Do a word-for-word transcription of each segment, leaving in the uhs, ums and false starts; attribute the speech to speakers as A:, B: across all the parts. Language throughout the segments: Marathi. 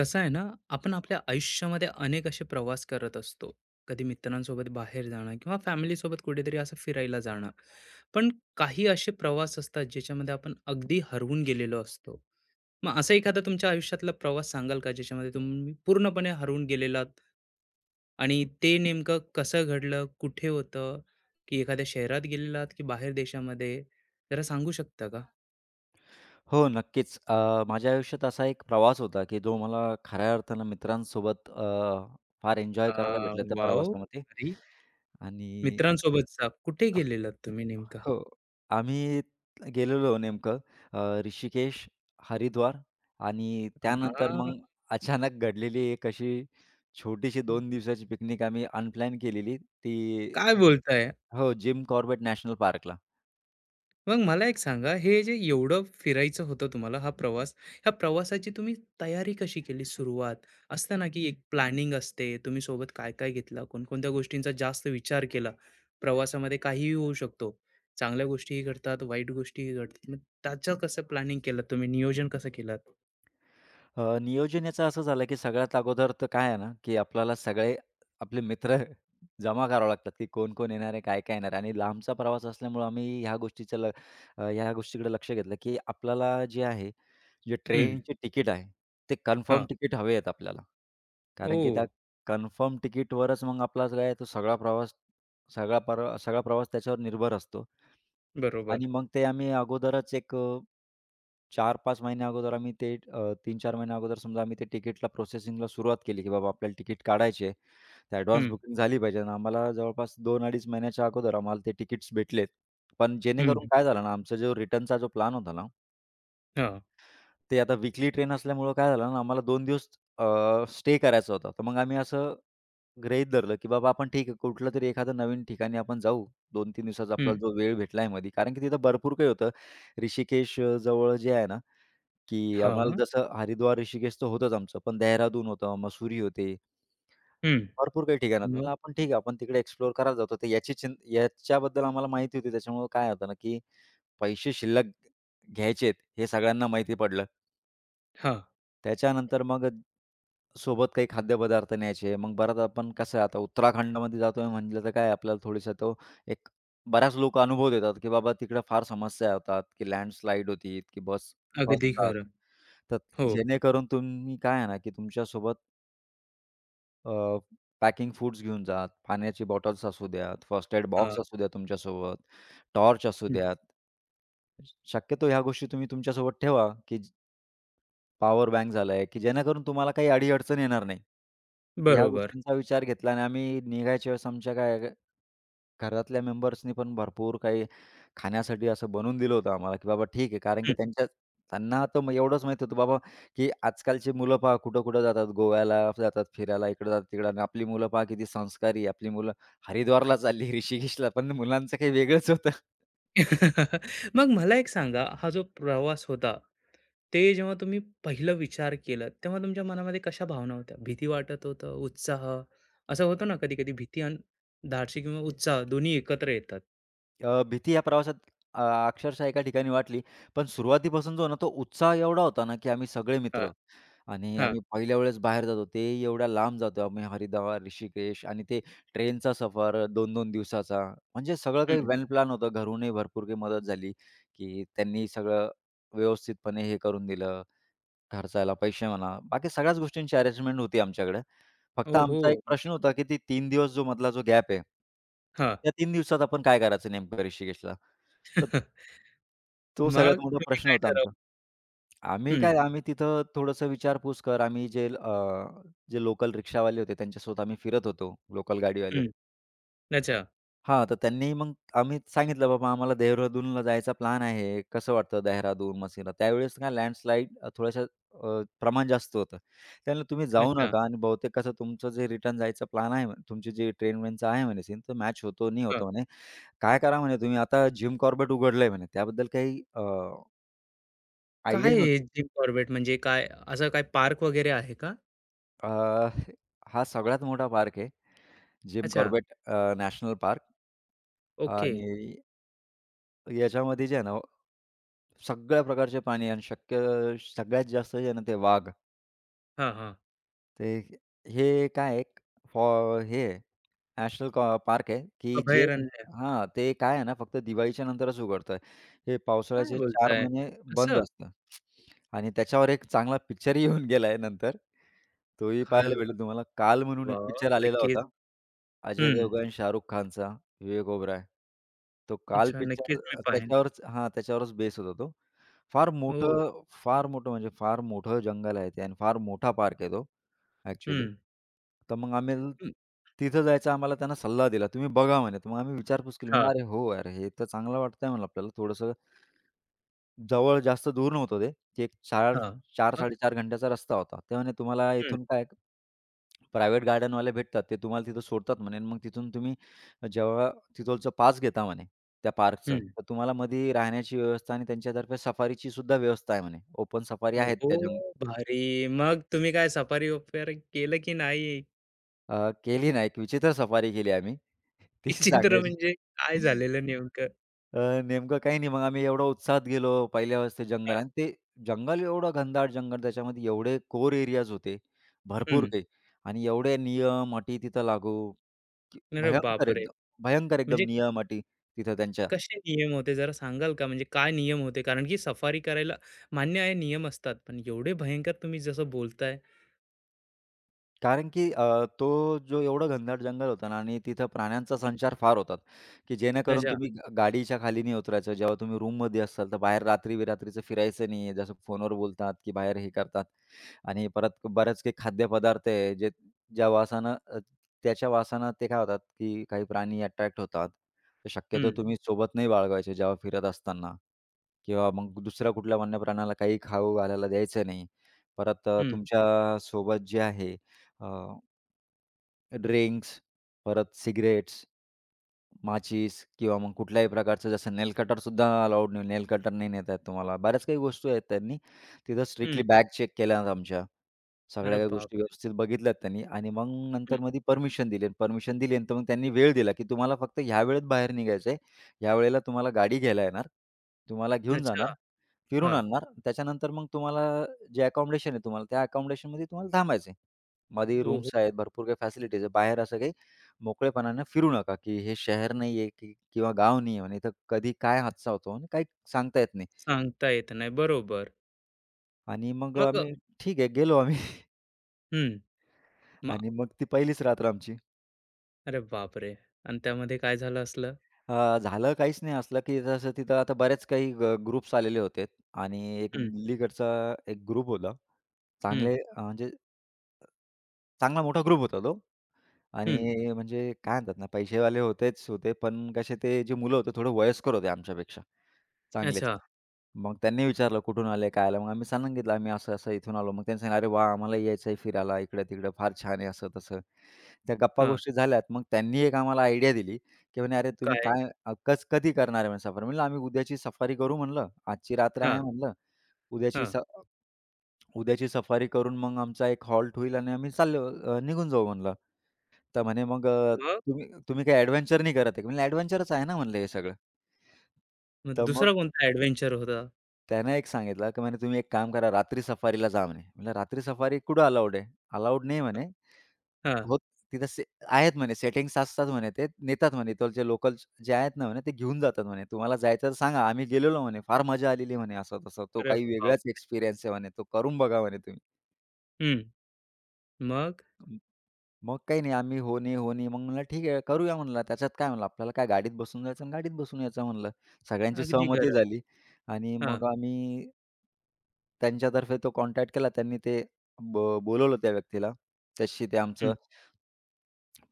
A: कसं आहे ना. आपण आपल्या आयुष्यामध्ये अनेक असे प्रवास करत असतो. कधी मित्रांसोबत बाहेर जाणं किंवा फॅमिलीसोबत कुठेतरी असं फिरायला जाणं. पण काही असे प्रवास असतात ज्याच्यामध्ये आपण अगदी हरवून गेलेलो असतो. मग असा एखादा तुमच्या आयुष्यातला प्रवास सांगाल का ज्याच्यामध्ये तुम्ही पूर्णपणे हरवून गेलेलात? आणि ते नेमकं कसं घडलं, कुठे होतं, की एखाद्या शहरात गेलेलात की बाहेर देशामध्ये? जरा सांगू शकता का?
B: हो, नक्कीच. अ, माझ्या आयुष्यात असा एक प्रवास होता, की जो मला खऱ्या अर्थानं मित्रांसोबत अ, फार एन्जॉय
A: आ,
B: करायला भेटलं त्या
A: वाव.
B: प्रवासामध्ये.
A: अरे,
B: आणि
A: मित्रांसोबतचा कुठे
B: अ,
A: गेलेलात तुम्ही नेमकं?
B: हो, आम्ही गेलेलो नेमकं अ, ऋषिकेश, हरिद्वार आणि त्यानंतर
A: हां.
B: मग अचानक घडलेली एक अशी छोटीशी दोन दिवसाची पिकनिक आम्ही अनप्लॅन केलेली. ती
A: काय
B: जी
A: बोलताय?
B: हो, जिम कॉर्बेट नॅशनल पार्कला.
A: मग मला एक सांगा, हे जे एवढं फिरायचं होतं तुम्हाला हा प्रवास, ह्या प्रवासाची तुम्ही तयारी कशी केली सुरुवात? असतं ना, की एक प्लॅनिंग असते, तुम्ही सोबत काय-काय घेतलं, कोणकोणत्या गोष्टींचा जास्त विचार केला. प्रवासामध्ये काहीही होऊ शकतो. चांगल्या गोष्टीही घडतात, वाईट गोष्टीही घडतात. मग त्याचं कसं प्लॅनिंग केलं तुम्ही? नियोजन कसं केलं?
B: अ, नियोजन याचं असं झालं, की सगळ्यात अगोदर तर काय आहे ना, की आपल्याला सगळे आपले मित्र जमा करावे लागतात, की कोण-कोण येणार आहे, काय-काय येणार आहे. आणि लांबचा प्रवास असल्यामुळं आम्ही ह्या गोष्टीचं ल अ, ह्या गोष्टीकडे लक्ष घेतलं, की आपल्याला जे आहे, जे
A: हं.
B: ट्रेनचे तिकीट आहे, ते कन्फर्म
A: हां.
B: तिकीट हवे आहेत आपल्याला. कारण की
A: ओह!
B: त्या कन्फर्म तिकीटवरच मग आपला जो आहे तो सगळा प्रवास सगळा पर सगळा प्रवास त्याच्यावर निर्भर असतो.
A: बरोबर.
B: आणि मग ते आम्ही अगोदरच एक अ, चार पाच महिन्या अगोदर आम्ही ते अ, तीन चार महिन्या अगोदर समजा आम्ही ते तिकीटला प्रोसेसिंगला सुरुवात केली, की बाबा आपल्याला तिकीट काढायचे आहे. तर ॲडव्हान्स
A: हं.
B: बुकिंग झाली पाहिजे आणि आम्हाला जवळपास दोन ते अडीच महिन्याच्या अगोदर आम्हाला ते तिकीट्स भेटलेत. पण जेणेकरून
A: हं.
B: काय झालं ना, आमचा जो रिटर्नचा जो प्लॅन होता ना,
A: हां.
B: ते आता वीकली ट्रेन असल्यामुळं काय झालं ना, आम्हाला दोन दिवस स्टे करायचा होता. तर मग आम्ही असं गृहीत धरलं, की बाबा आपण ठीक आहे कुठलं तरी एखादं नवीन ठिकाणी आपण जाऊ. दोन तीन दिवसाचा आपल्याला
A: हं.
B: जो वेळ भेटला आहे मधी. कारण की तिथं भरपूर काही होतं. ऋषिकेश अ, जवळ जे आहे ना, की आम्हाला
A: हां.
B: जसं हरिद्वार, ऋषिकेश तर होतंच आमचं. पण देहरादून होतं, मसुरी होते.
A: हं.
B: भरपूर काही ठिकाणं होती.
A: मग?
B: म्हणलं आपण ठीक आहे आपण तिकडे एक्सप्लोअर करायला जातो. तर याची चिं याच्याबद्दल आम्हाला माहिती होती. त्याच्यामुळं काय होतं ना, की पैसे शिल्लक घ्यायचेत हे सगळ्यांना माहिती पडलं.
A: हां.
B: त्याच्यानंतर मग सोबत काही खाद्यपदार्थ न्यायचे. मग बराच आपण कसं आहे आता उत्तराखंडमध्ये जातोय म्हटलं तर काय आपल्याला थोडीसा तो एक बऱ्याच लोक अनुभव देतात, की बाबा तिकडे फार समस्या होतात, की लँडस्लाईड होती, की बस
A: अगदी
B: फसतात.
A: खरं.
B: तर
A: हो.
B: जेणेकरून तुम्ही काय आहे ना, की तुमच्यासोबत पॅकिंग फूड्स घेऊन जा. पाण्याची बॉटल्स असू द्यात, फर्स्ट एड
A: हां.
B: बॉक्स असू द्या तुमच्यासोबत, टॉर्च असू
A: हं.
B: द्यात. शक्यतो ह्या गोष्टी तुम्ही तुमच्यासोबत ठेवा, की पॉवर बँक झालाय, की जेणेकरून तुम्हाला काही अडी-अडचण येणार नाही. तर ह्या
A: बरोबर.
B: गोष्टींचा विचार घेतला आणि आम्ही निघायच्या वेळेस आमच्या काय घरातल्या मेंबर्सनी पण भरपूर काही खाण्यासाठी असं बनवून दिलं होतं आम्हाला, की बाबा ठीक आहे. कारण की
A: हं.
B: त्यांच्या त्यांना तर मग एवढंच माहीत होतं बाबा, की आजकालची मुलं पहा कुठं-कुठं जातात. गोव्याला जातात फिरायला, इकडं जातात, तिकडं आणि आपली मुलं पहा किती संस्कारी आहे. आपली मुलं हरिद्वारला चालली, ऋषिकेशला, पण मुलांचं काही वेगळंच होतं.
A: मग मला एक सांगा, हा जो प्रवास होता, ते जेव्हा तुम्ही पहिलं विचार केलं, तेव्हा तुमच्या मनामध्ये कशा भावना होत्या? भीती वाटत होतं, उत्साह? असं होतं ना कधी-कधी भीती आणि धाडसी किंवा उत्साह दोन्ही एकत्र येतात.
B: अ, भीती या प्रवासात अ, अक्षरशः एका ठिकाणी वाटली. पण सुरुवातीपासून जो आहे ना, तो उत्साह एवढा होता ना, की आम्ही सगळे
A: हां.
B: मित्र आणि
A: हां.
B: आम्ही पहिल्या वेळेस बाहेर जातो, ते एवढ्या लांब जातो आम्ही हरिद्वार, ऋषिकेश आणि ते ट्रेनचा सफर दोन दोन दिवसाचा. म्हणजे सगळं काही
A: हं.
B: वेल प्लॅन होतं. घरूनही भरपूर काही मदत झाली, की त्यांनी सगळं व्यवस्थितपणे हे करून दिलं. खर्चायला पैसे म्हणा, बाकी सगळ्याच गोष्टींची अरेंजमेंट होती आमच्याकडे. फक्त
A: ओहो!
B: आमचा एक प्रश्न
A: मग?
B: होता, की ती तीन दिवस जो मधला जो गॅप आहे, त्या तीन दिवसात आपण काय करायचं नेमकं ऋषिकेशला? तर तो
A: मग
B: सगळ्यात मोठा
A: तुम्ही
B: प्रश्न
A: काय
B: होता
A: ठरवलं?
B: आमचा. आम्ही
A: हं.
B: काय आम्ही तिथं थोडंसं विचारपूस कर, आम्ही जे अ, जे लोकल रिक्षावाले होते त्यांच्यासोबत आम्ही फिरत होतो, लोकल गाडीवाले.
A: हं. अच्छा.
B: हां, तर त्यांनी मग आम्ही सांगितलं, "बाबा आम्हाला देहरादूनला जायचा प्लॅन आहे. कसं वाटतं देहरादून, मसिना?" त्यावेळेस काय लँडस्लाईड अ, थोड्याशा अ, प्रमाण जास्त होतं. त्यामुळे तुम्ही जाऊ
A: अच्छा.
B: नका आणि बहुतेक कसं तुमचं जे रिटर्न जायचा प्लॅन आहे म्हणे, तुमची जी ट्रेन-वेनचं आहे म्हणे सीन, तर मॅच होतो, नाही
A: हां.
B: होतो म्हणे. काय करा म्हणे तुम्ही आता जिम कॉर्बेट उघडलंय म्हणे. त्याबद्दल काही अ, आयडिया
A: काय आहे
B: नव्हती.
A: जिम कॉर्बेट म्हणजे काय? असं काय पार्क वगैरे आहे का?
B: अ, हा सगळ्यात मोठा पार्क आहे जिम
A: अच्छा.
B: Corbett uh, national park
A: okay.
B: आणि याच्यामध्ये जे आहे ना, सगळ्या प्रकारचे प्राणी आणि शक्य सगळ्यात जास्त जे आहे ना ते वाघ.
A: हां, हां.
B: ते हे काय एक फॉ हे आहे, नॅशनल पार्क आहे, की जे
A: अभयारण्य.
B: हां, ते काय आहे ना फक्त दिवाळीच्या नंतरच उघडतं. हे
A: काय
B: पावसाळ्याचे चार
A: बोलताय?
B: महिने बंद
A: असं?
B: असतं. आणि त्याच्यावर एक चांगला पिक्चरही येऊन गेलाय नंतर. तोही
A: काय
B: पाहायला
A: बोलता?
B: भेटेल तुम्हाला. काल म्हणून एक
A: वाह!
B: पिक्चर आलेला
A: नक्कीच.
B: होता. अजय
A: हं.
B: देवगण, शाहरुख खानचा, विवेक ओबेरॉय. तो काल
A: अच्छा,
B: पिक्चर
A: नक्कीच मी पाहेन.
B: त्याच्यावरच हां, त्याच्यावरच बेस होता तो. फार
A: हो.
B: मोठं, फार मोठं म्हणजे फार मोठं जंगल आहे ते आणि फार मोठा पार्क आहे तो ॲक्चुअली.
A: हं.
B: तर मग आम्ही
A: हं.
B: तिथं जायचा आम्हाला त्यांना सल्ला दिला, "तुम्ही बघा" म्हणे. तर मग आम्ही विचारपूस केली. म्हणलं,
A: हां,
B: "अरे, हो यार, हे तर चांगलं वाटतंय" म्हणलं आपल्याला थोडंसं जवळ जास्त दूर नव्हतं ते. ते एक चार,
A: हां. मग?
B: चार ते साडेचार घंट्याचा रस्ता होता. ते म्हणे, "तुम्हाला
A: हं.
B: इथून काय प्रायव्हेट गार्डनवाले भेटतात, ते तुम्हाला तिथं सोडतात" म्हणे. "आणि मग तिथून तुम्ही जेव्हा तिथोलचं पास घेता" म्हणे त्या पार्कचं,
A: हं.
B: "तर तुम्हाला मध्ये राहण्याची व्यवस्था आणि त्यांच्यातर्फे सफारीची सुद्धा व्यवस्था आहे" म्हणे. ओपन सफारी आहेत
A: ओहो!
B: त्या जंग
A: भारी. मग तुम्ही काय सफारी वगैरे केलं की नाही?
B: अ, केली ना, एक विचित्र सफारी केली आम्ही. ती
A: विचित्र
B: सांगायची.
A: म्हणजे काय झालेलं नेमकं?
B: अ, नेमकं काही नाही. मग आम्ही एवढा उत्साहात गेलो पहिल्या वेळेस ते जंगल
A: हां.
B: आणि ते जंगल एवढं घनदाट जंगल, त्याच्यामध्ये एवढे कोर एरियाज होते, भरपूर
A: हं.
B: काही आणि एवढे नियम, अटी तिथं लागू, की
A: अरे
B: भयंकर
A: बापरे!
B: एकदम, भयंकर एकदम
A: म्हणजे
B: नियम, अटी तिथं त्यांच्या.
A: कसे नियम होते जरा सांगाल का? म्हणजे काय नियम होते? कारण की सफारी करायला मान्य आहे नियम असतात, पण एवढे भयंकर तुम्ही जसं बोलताय.
B: कारण की अ, तो जो एवढं घनदाट जंगल होतं ना आणि तिथं प्राण्यांचा संचार फार होतात, की जेणेकरून
A: अच्छा.
B: तुम्ही ग गाडीच्या खाली नाही उतरायचं. जेव्हा तुम्ही रूममध्ये असाल, तर बाहेर रात्री-बिरात्रीचं फिरायचं नाही जसं फोनवर बोलतात, की बाहेर हे करतात आणि परत बरेच काही खाद्यपदार्थ आहे, जे ज्या वासानं अ, त्याच्या वासानं ते काय होतात, की काही प्राणी अट्रॅक्ट होतात. तर
A: हं.
B: शक्यतो तुम्ही सोबत नाही बाळगायचे जेव्हा फिरत असताना किंवा मग दुसऱ्या कुठल्या वन्य प्राण्याला काही खाऊ घालायला द्यायचं नाही. परत अ,
A: हं.
B: तुमच्या सोबत जे आहे अ, ड्रिंक्स, परत सिगारेट्स, माचीस किंवा मग कुठल्याही प्रकारचं जसं नेल कटर सुद्धा अलाउड नाही. नेल कटर नाही नेता येत तुम्हाला. बऱ्याच काही गोष्टी आहेत त्यांनी. तिथं स्ट्रिक्टली
A: हं.
B: बॅग चेक केल्या आहेत आमच्या.
A: अरे
B: सगळ्या काही
A: बाप!
B: गोष्टी व्यवस्थित बघितल्यात त्यांनी आणि मग नंतर मग परमिशन दिली परमिशन दिली आणि तर मग त्यांनी वेळ दिला, की तुम्हाला फक्त ह्या वेळेत बाहेर निघायचं आहे. ह्या वेळेला तुम्हाला गाडी घ्यायला येणार, तुम्हाला घेऊन जाणार,
A: अच्छा.
B: फिरून
A: हां.
B: आणणार. त्याच्यानंतर मग तुम्हाला जे अकोमोडेशन आहे तुम्हाला त्या अकोमोडेशनमध्ये तुम्हाला थांबायचं आहे. मध्ये
A: हो, हो.
B: रूम्स आहेत, भरपूर काही फॅसिलिटीज आहे. बाहेर असं काही मोकळेपणाने फिरू नका, की हे शहर नाही आहे की किंवा गाव नाही आहे म्हणे, इथं कधी काय हादसा होतो आणि काही सांगता येत नाही.
A: सांगता येत नाही. बरोबर.
B: आणि मग
A: मग अ,
B: आम्ही ठीक आहे गेलो आम्ही
A: हं. मग,
B: आणि मग ती पहिलीच रात्र आमची.
A: अरे बापरे! आणि त्यामध्ये काय झालं असलं?
B: अ, झालं काहीच नाही असलं, की जसं तिथं आता बरेच काही ग्रुप्स आलेले होते आणि एक
A: हं.
B: दिल्लीकडचा एक ग्रुप होता.
A: हं.
B: चांगले अ, म्हणजे चांगला मोठा ग्रुप होता तो
A: हं.
B: आणि म्हणजे काय म्हणतात ना, पैसेवाले होतेच होते, पण कसे ते जे मुलं होते थोडे वयस्कर होते आमच्यापेक्षा. चांगलेच.
A: अच्छा.
B: मग त्यांनी विचारलं, "कुठून आले? काय आलं?" मग आम्ही सांगितलं, "आम्ही असं-असं इथून आलो." मग त्यांनी सांगितलं, "अरे वाह! आम्हालाही यायचं आहे फिरायला इकडं-तिकडं. फार छान आहे." असं-तसं. त्या
A: हां.
B: गप्पा-गोष्टी झाल्यात. मग त्यांनी एक आम्हाला आयडिया दिली, की म्हणे, "अरे तुम्ही
A: काय?
B: काय अ, कस कधी करणार आहे म्हणे सफर?" म्हणलं, "आम्ही उद्याची सफारी करू" म्हणलं. "आजची रात्र आहे"
A: हां,
B: म्हणलं. "उद्याची
A: हां.
B: स उद्याची सफारी करून मग आमचा एक हॉल्ट होईल आणि आम्ही चाललो अ, निघून जाऊ" म्हणलं. तर म्हणे, "मग अ,
A: मग?
B: तुम्ही तुम्ही काही एडव्हेंचर नाही करत आहे का?" म्हणलं, "एडव्हेंचरच आहे ना" म्हणलं हे सगळं.
A: मग
B: तर मग
A: दुसरा कोणता एडव्हेंचर होता?
B: त्यानं एक सांगितलं, की म्हणे तुम्ही एक काम करा, रात्री सफारीला जा म्हणे. म्हणलं रात्री सफारी कुठं अलाउड आहे? अलाउड नाही म्हणे.
A: हां.
B: हो, तिथं से आहेत म्हणे सेटिंग्स असतात म्हणे ते नेतात म्हणे इथलचे लोकल जे आहेत ना म्हणे ते घेऊन जातात म्हणे. तुम्हाला जायचं तर सांगा. आम्ही गेलेलो म्हणे. फार मजा आलेली म्हणे असं तसं. तो
A: अरे
B: काही
A: बाप!
B: वेगळाच एक्सपिरियन्स आहे म्हणे. तो करून बघा म्हणे तुम्ही.
A: हं. मग?
B: मग काही नाही आम्ही हो नाही, हो नाही. मग म्हणलं ठीक आहे करूया म्हणलं त्याच्यात काय म्हणलं आपल्याला काय गाडीत बसून जायचं आणि गाडीत बसून यायचं म्हणलं. सगळ्यांची
A: अगदी
B: सहमती
A: खरं.
B: झाली आणि
A: हां.
B: मग आम्ही त्यांच्यातर्फे तो कॉन्टॅक्ट केला. त्यांनी ते ब बोलवलं त्या व्यक्तीला. त्याच्याशी ते आमचं
A: हं.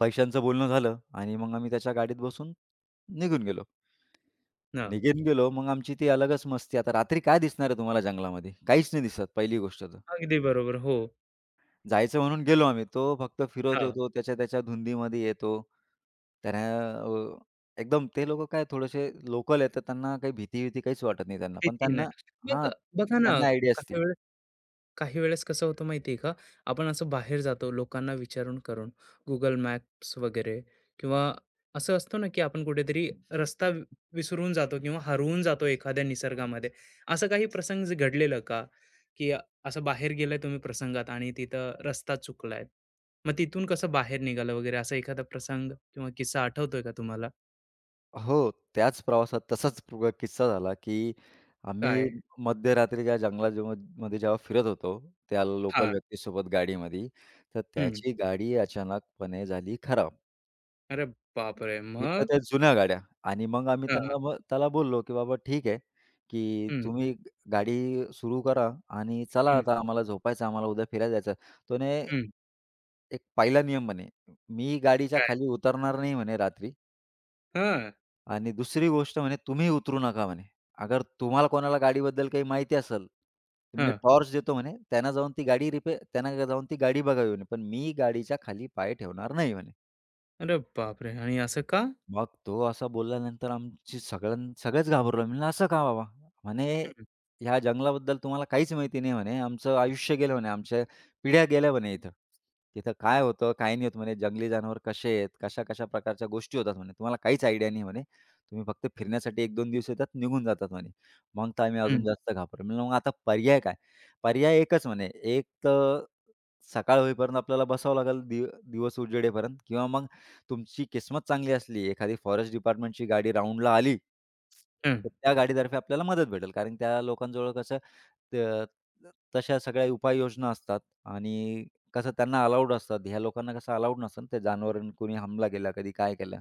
B: पैशांचं बोलणं झालं आणि मग आम्ही त्याच्या गाडीत बसून निघून गेलो.
A: हां.
B: निघून गेलो मग आमची ती अलगच मस्ती. आता रात्री काय दिसणार आहे तुम्हाला जंगलामध्ये? काहीच नाही दिसत पहिली गोष्ट तर.
A: अगदी बरोबर. हो.
B: जायचं म्हणून गेलो आम्ही. तो फक्त फिरत
A: हां.
B: येतो, त्याच्या त्याच्या धुंदीमध्ये येतो. त्यानं अ, एकदम ते लोकं काय थोडेसे लोकल आहेत, तर त्यांना काही भीती-विती काहीच वाटत नाही त्यांना. पण
A: भीती नाही.
B: त्यांना
A: मग
B: हां,
A: बघा ना,
B: त्यांना आयडिया असते.
A: काही काही वेळेस कसं होतं माहिती आहे का? आपण असं बाहेर जातो लोकांना विचारून करून, गुगल मॅप्स वगैरे, किंवा असं असतं ना की आपण कुठेतरी रस्ता वि- विसरून जातो किंवा हरवून जातो एखाद्या निसर्गामध्ये, असं काही प्रसंग जे घडलेलं का की अ- असं बाहेर गेलाय तुम्ही प्रसंगात आणि तिथं रस्ता चुकलाय, मग तिथून कसं बाहेर निघालं वगैरे असा एखादा प्रसंग किंवा किस्सा आठवतोय का तुम्हाला?
B: हो, त्याच प्रवासात तसाच पुरा किस्सा झाला, की आम्ही
A: काय?
B: मध्यरात्रीच्या जंगलामध्ये जेव्हा मध्ये जेव्हा फिरत होतो, त्या
A: हा.
B: लोकल व्यक्तीसोबत गाडीमध्ये, तर
A: हम्म.
B: त्याची गाडी अचानकपणे झाली खराब.
A: अरे बापरे,
B: एक तर
A: मग?
B: त्या जुन्या गाड्या आणि मग आम्ही
A: हा.
B: त्यांना मग त्याला बोललो, की "बाबा ठीक आहे, की
A: हम्म.
B: तुम्ही गाडी सुरू करा आणि चला
A: हम्म.
B: आता आम्हाला झोपायचं, आम्हाला उद्या फिरायला जायचं." तोने
A: हम्म.
B: "एक पहिला नियम" म्हणे, "मी गाडीच्या
A: काय?
B: खाली उतरणार नाही" म्हणे "रात्री आणि दुसरी गोष्ट" म्हणे, "तुम्ही उतरू नका" म्हणे. "अगर तुम्हाला कोणाला गाडीबद्दल काही माहिती असेल, तर
A: हा.
B: मी टॉर्च देतो" म्हणे, "त्यांना जाऊन ती गाडी रिपेअर त्यांना जाऊन ती गाडी बघावी" म्हणे, "पण मी गाडीच्या खाली पाय ठेवणार नाही" म्हणे.
A: अरे बापरे! आणि असं का?
B: मग तो असा बोलल्यानंतर आमची सगळ्यां सगळेच घाबरलो. मी म्हणलं, "असं का बाबा?" म्हणे,
A: हं.
B: "ह्या जंगलाबद्दल तुम्हाला काहीच माहिती नाही" म्हणे. "आमचं आयुष्य गेलं" म्हणे. "आमच्या पिढ्या गेल्या" म्हणे "इथं. तिथं काय होतं, काय नाही होत" म्हणे. "जंगली जनावर कसे आहेत, कशा-कशा प्रकारच्या गोष्टी होतात" म्हणे. "तुम्हाला काहीच आयडिया नाही" म्हणे. "तुम्ही फक्त फिरण्यासाठी एक दोन दिवस येतात, निघून जातात" म्हणे. "मग तर आम्ही
A: हं.
B: अजून जास्त घाबरलो." म्हणलं, "मग आता पर्याय काय?" "पर्याय एकच" म्हणे. "एक तर सकाळ होईपर्यंत आपल्याला बसावं लागेल दिव दिवस उजेडेपर्यंत किंवा मग तुमची किस्मत चांगली असली, एखादी फॉरेस्ट डिपार्टमेंटची गाडी राउंडला आली,
A: हं.
B: तर त्या गाडीतर्फे आपल्याला मदत भेटेल. कारण त्या लोकांजवळ कसं त तशा सगळ्या उपाययोजना असतात आणि कसं त्यांना अलाउड असतात. ह्या लोकांना कसं अलाउड नसतं ना, ते जनावरांनी कोणी हमला केला, कधी काय केलं.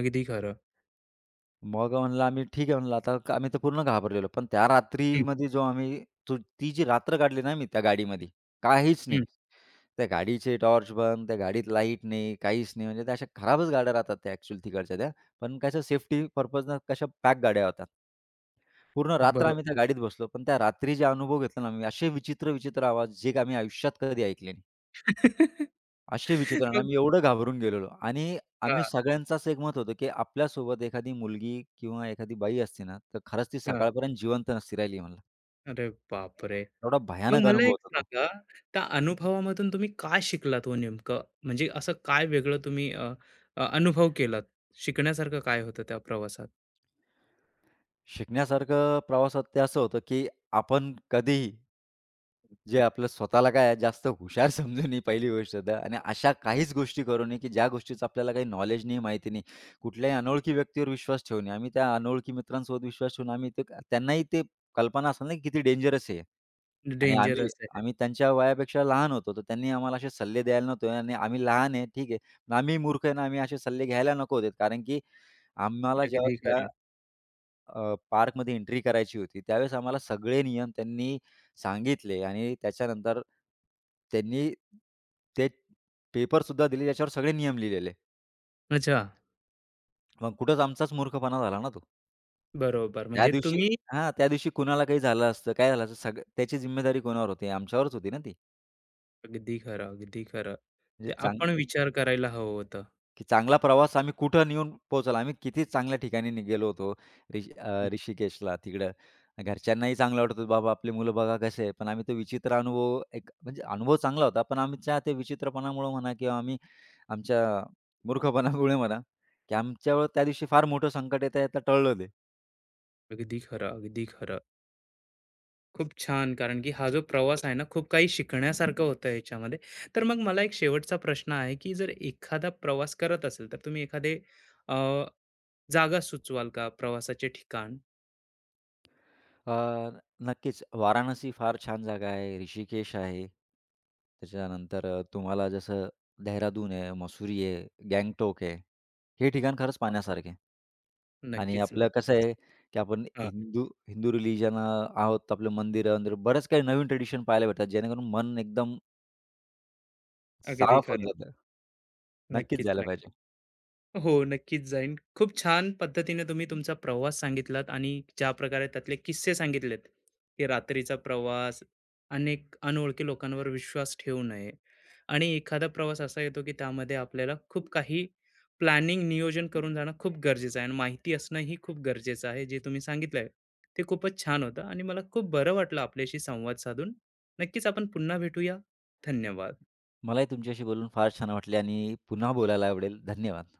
A: अगदी खरं.
B: मग म्हणलं आम्ही ठीक आहे म्हणलं आता का- आम्ही तर पूर्ण घाबरलेलो. पण त्या
A: हं.
B: रात्रीमध्ये जो आम्ही तो ती जी रात्र काढली ना मी त्या गाडीमध्ये, काहीच नाही.
A: हं.
B: त्या गाडीचे टॉर्च बंद, त्या गाडीत लाईट नाही, काहीच नाही. म्हणजे त्या अशा खराबच गाड्या राहतात त्या ॲक्चुअल तिकडच्या त्या. पण कसं सेफ्टी पर्पजनं कशा पॅक गाड्या होत्या. पूर्ण रात्र
A: बरोबर.
B: आम्ही त्या गाडीत बसलो. पण त्या रात्री जे अनुभव घेतला ना मी, असे विचित्र-विचित्र आवाज जे की आम्ही आयुष्यात कधी ऐकले नाही. असे विचित्र आणि
A: मग
B: आम्ही एवढं घाबरून गेलेलो आणि आम्ही
A: हां,
B: सगळ्यांचाच एक मत होतं, की आपल्यासोबत एखादी मुलगी किंवा एखादी बाई असती ना, तर खरंच ती
A: हां.
B: सकाळपर्यंत जिवंत नसती राहिली म्हणलं.
A: अरे बापरे!
B: एवढा
A: मग
B: भयानक
A: मला
B: अनुभव
A: एक
B: होता तो.
A: सांगा, त्या अनुभवामधून तुम्ही काय शिकलात हो नेमकं? म्हणजे असं काय वेगळं तुम्ही अ, अ, अनुभव केलात? शिकण्यासारखं काय होतं त्या प्रवासात?
B: शिकण्यासारखं प्रवासात ते असं होतं, की आपण कधीही जे आपलं स्वतःला काय आहे, जास्त हुशार समजून नये पहिली गोष्ट तर आणि अशा काहीच गोष्टी करू नये, की ज्या गोष्टीचं आपल्याला काही नॉलेज नाही, माहिती नाही. कुठल्याही अनोळखी व्यक्तीवर विश्वास ठेवू नये. आम्ही त्या अनोळखी मित्रांसोबत विश्वास ठेवून आम्ही ते त्यांनाही ते कल्पना असेल ना, की किती डेंजरस आहे. आणि आम्ही
A: डेंजरस आहे.
B: आम्ही त्यांच्या वयापेक्षा लहान होतो, तर त्यांनी आम्हाला असे सल्ले द्यायला नव्हते आणि आम्ही लहान आहे, ठीक आहे. पण आम्ही मूर्ख आहे ना, आम्ही असे सल्ले घ्यायला नको होते. कारण की आम्हाला जेव्हा
A: अगदी
B: त्या
A: खरं.
B: अ, पार्कमध्ये एंट्री करायची होती. त्यावेळेस आम्हाला सगळे नियम त्यांनी सांगितले आणि त्याच्यानंतर त्यांनी ते पेपरसुद्धा दिले, त्याच्यावर सगळे नियम लिहिलेले.
A: अच्छा.
B: मग कुठंच आमचाच मूर्खपणा झाला ना तो.
A: बरोबर.
B: त्या
A: म्हणजे
B: दिवशी
A: तुम्ही
B: हां, त्या दिवशी कुणाला काही झालं असतं, काय झालं असतं, सगळं त्याची जिम्मेदारी कोणावर होती? आमच्यावरच होती ना ती.
A: अगदी खरं, अगदी खरं.
B: म्हणजे
A: ते
B: चांग
A: आपण विचार करायला हवं होतं.
B: की चांगला प्रवास आम्ही कुठं नेऊन पोहोचवला. आम्ही किती चांगल्या ठिकाणी नि गेलो होतो. ऋषी
A: हं.
B: अ, ऋषिकेशला तिकडं घरच्यांनाही चांगलं वाटत होतं, "बाबा आपली मुलं बघा कसे आहे." पण आम्ही तो विचित्र अनुभव एक म्हणजे अनुभव चांगला होता. पण आमच्या त्या विचित्रपणामुळे म्हणा किंवा आम्ही आमच्या मूर्खपणामुळे म्हणा, की आमच्यावर त्या दिवशी फार मोठं संकट येत आहे ते टळलं ते.
A: अगदी खरं, अगदी खरं. खूप छान. कारण की हा जो प्रवास आहे ना, खूप काही शिकण्यासारखं होतं ह्याच्यामध्ये. तर मग मला एक शेवटचा प्रश्न आहे, की जर एखादा प्रवास करत असेल, तर तुम्ही एखादे अ, जागा सुचवाल का प्रवासाचे ठिकाण?
B: अ, नक्कीच. वाराणसी फार छान जागा आहे. ऋषिकेश आहे. त्याच्यानंतर अ, तुम्हाला जसं देहरादून आहे, मसुरी आहे, गँगटोक आहे. हे ठिकाण खरंच पाहण्यासारखे आहे. आणि
A: नक्कीच.
B: आपलं
A: नक्की.
B: कसं आहे, की आपण
A: हां,
B: हिंदू हिंदू रिलिजन अ, आहोत. आपलं मंदिर अंदिरं बरंच काही नवीन ट्रेडिशन पाहायला भेटतात, जेणेकरून मन एकदम
A: अगदी
B: साफ होऊन
A: खरं.
B: जातं. नक्कीच
A: नक्कीच,
B: जायला
A: नक्कीच.
B: पाहिजे.
A: हो, नक्कीच जाईन. खूप छान पद्धतीने तुम्ही तुमचा प्रवास सांगितलात आणि ज्या प्रकारे त्यातले किस्से सांगितलेत, की रात्रीचा प्रवास, अनेक अनोळखी लोकांवर विश्वास ठेवू नये आणि एखादा प्रवास असा येतो, की त्यामध्ये आपल्याला खूप काही प्लॅनिंग, नियोजन करून जाणं खूप गरजेचं आहे आणि माहिती असणं ही खूप गरजेचं आहे. जे तुम्ही सांगितलंय ते खूपच छान होतं आणि मला खूप बरं वाटलं आपल्याशी संवाद साधून. नक्कीच आपण पुन्हा भेटूया. धन्यवाद.
B: मलाही तुमच्याशी बोलून फार छान वाटले आणि पुन्हा बोलायला आवडेल. धन्यवाद.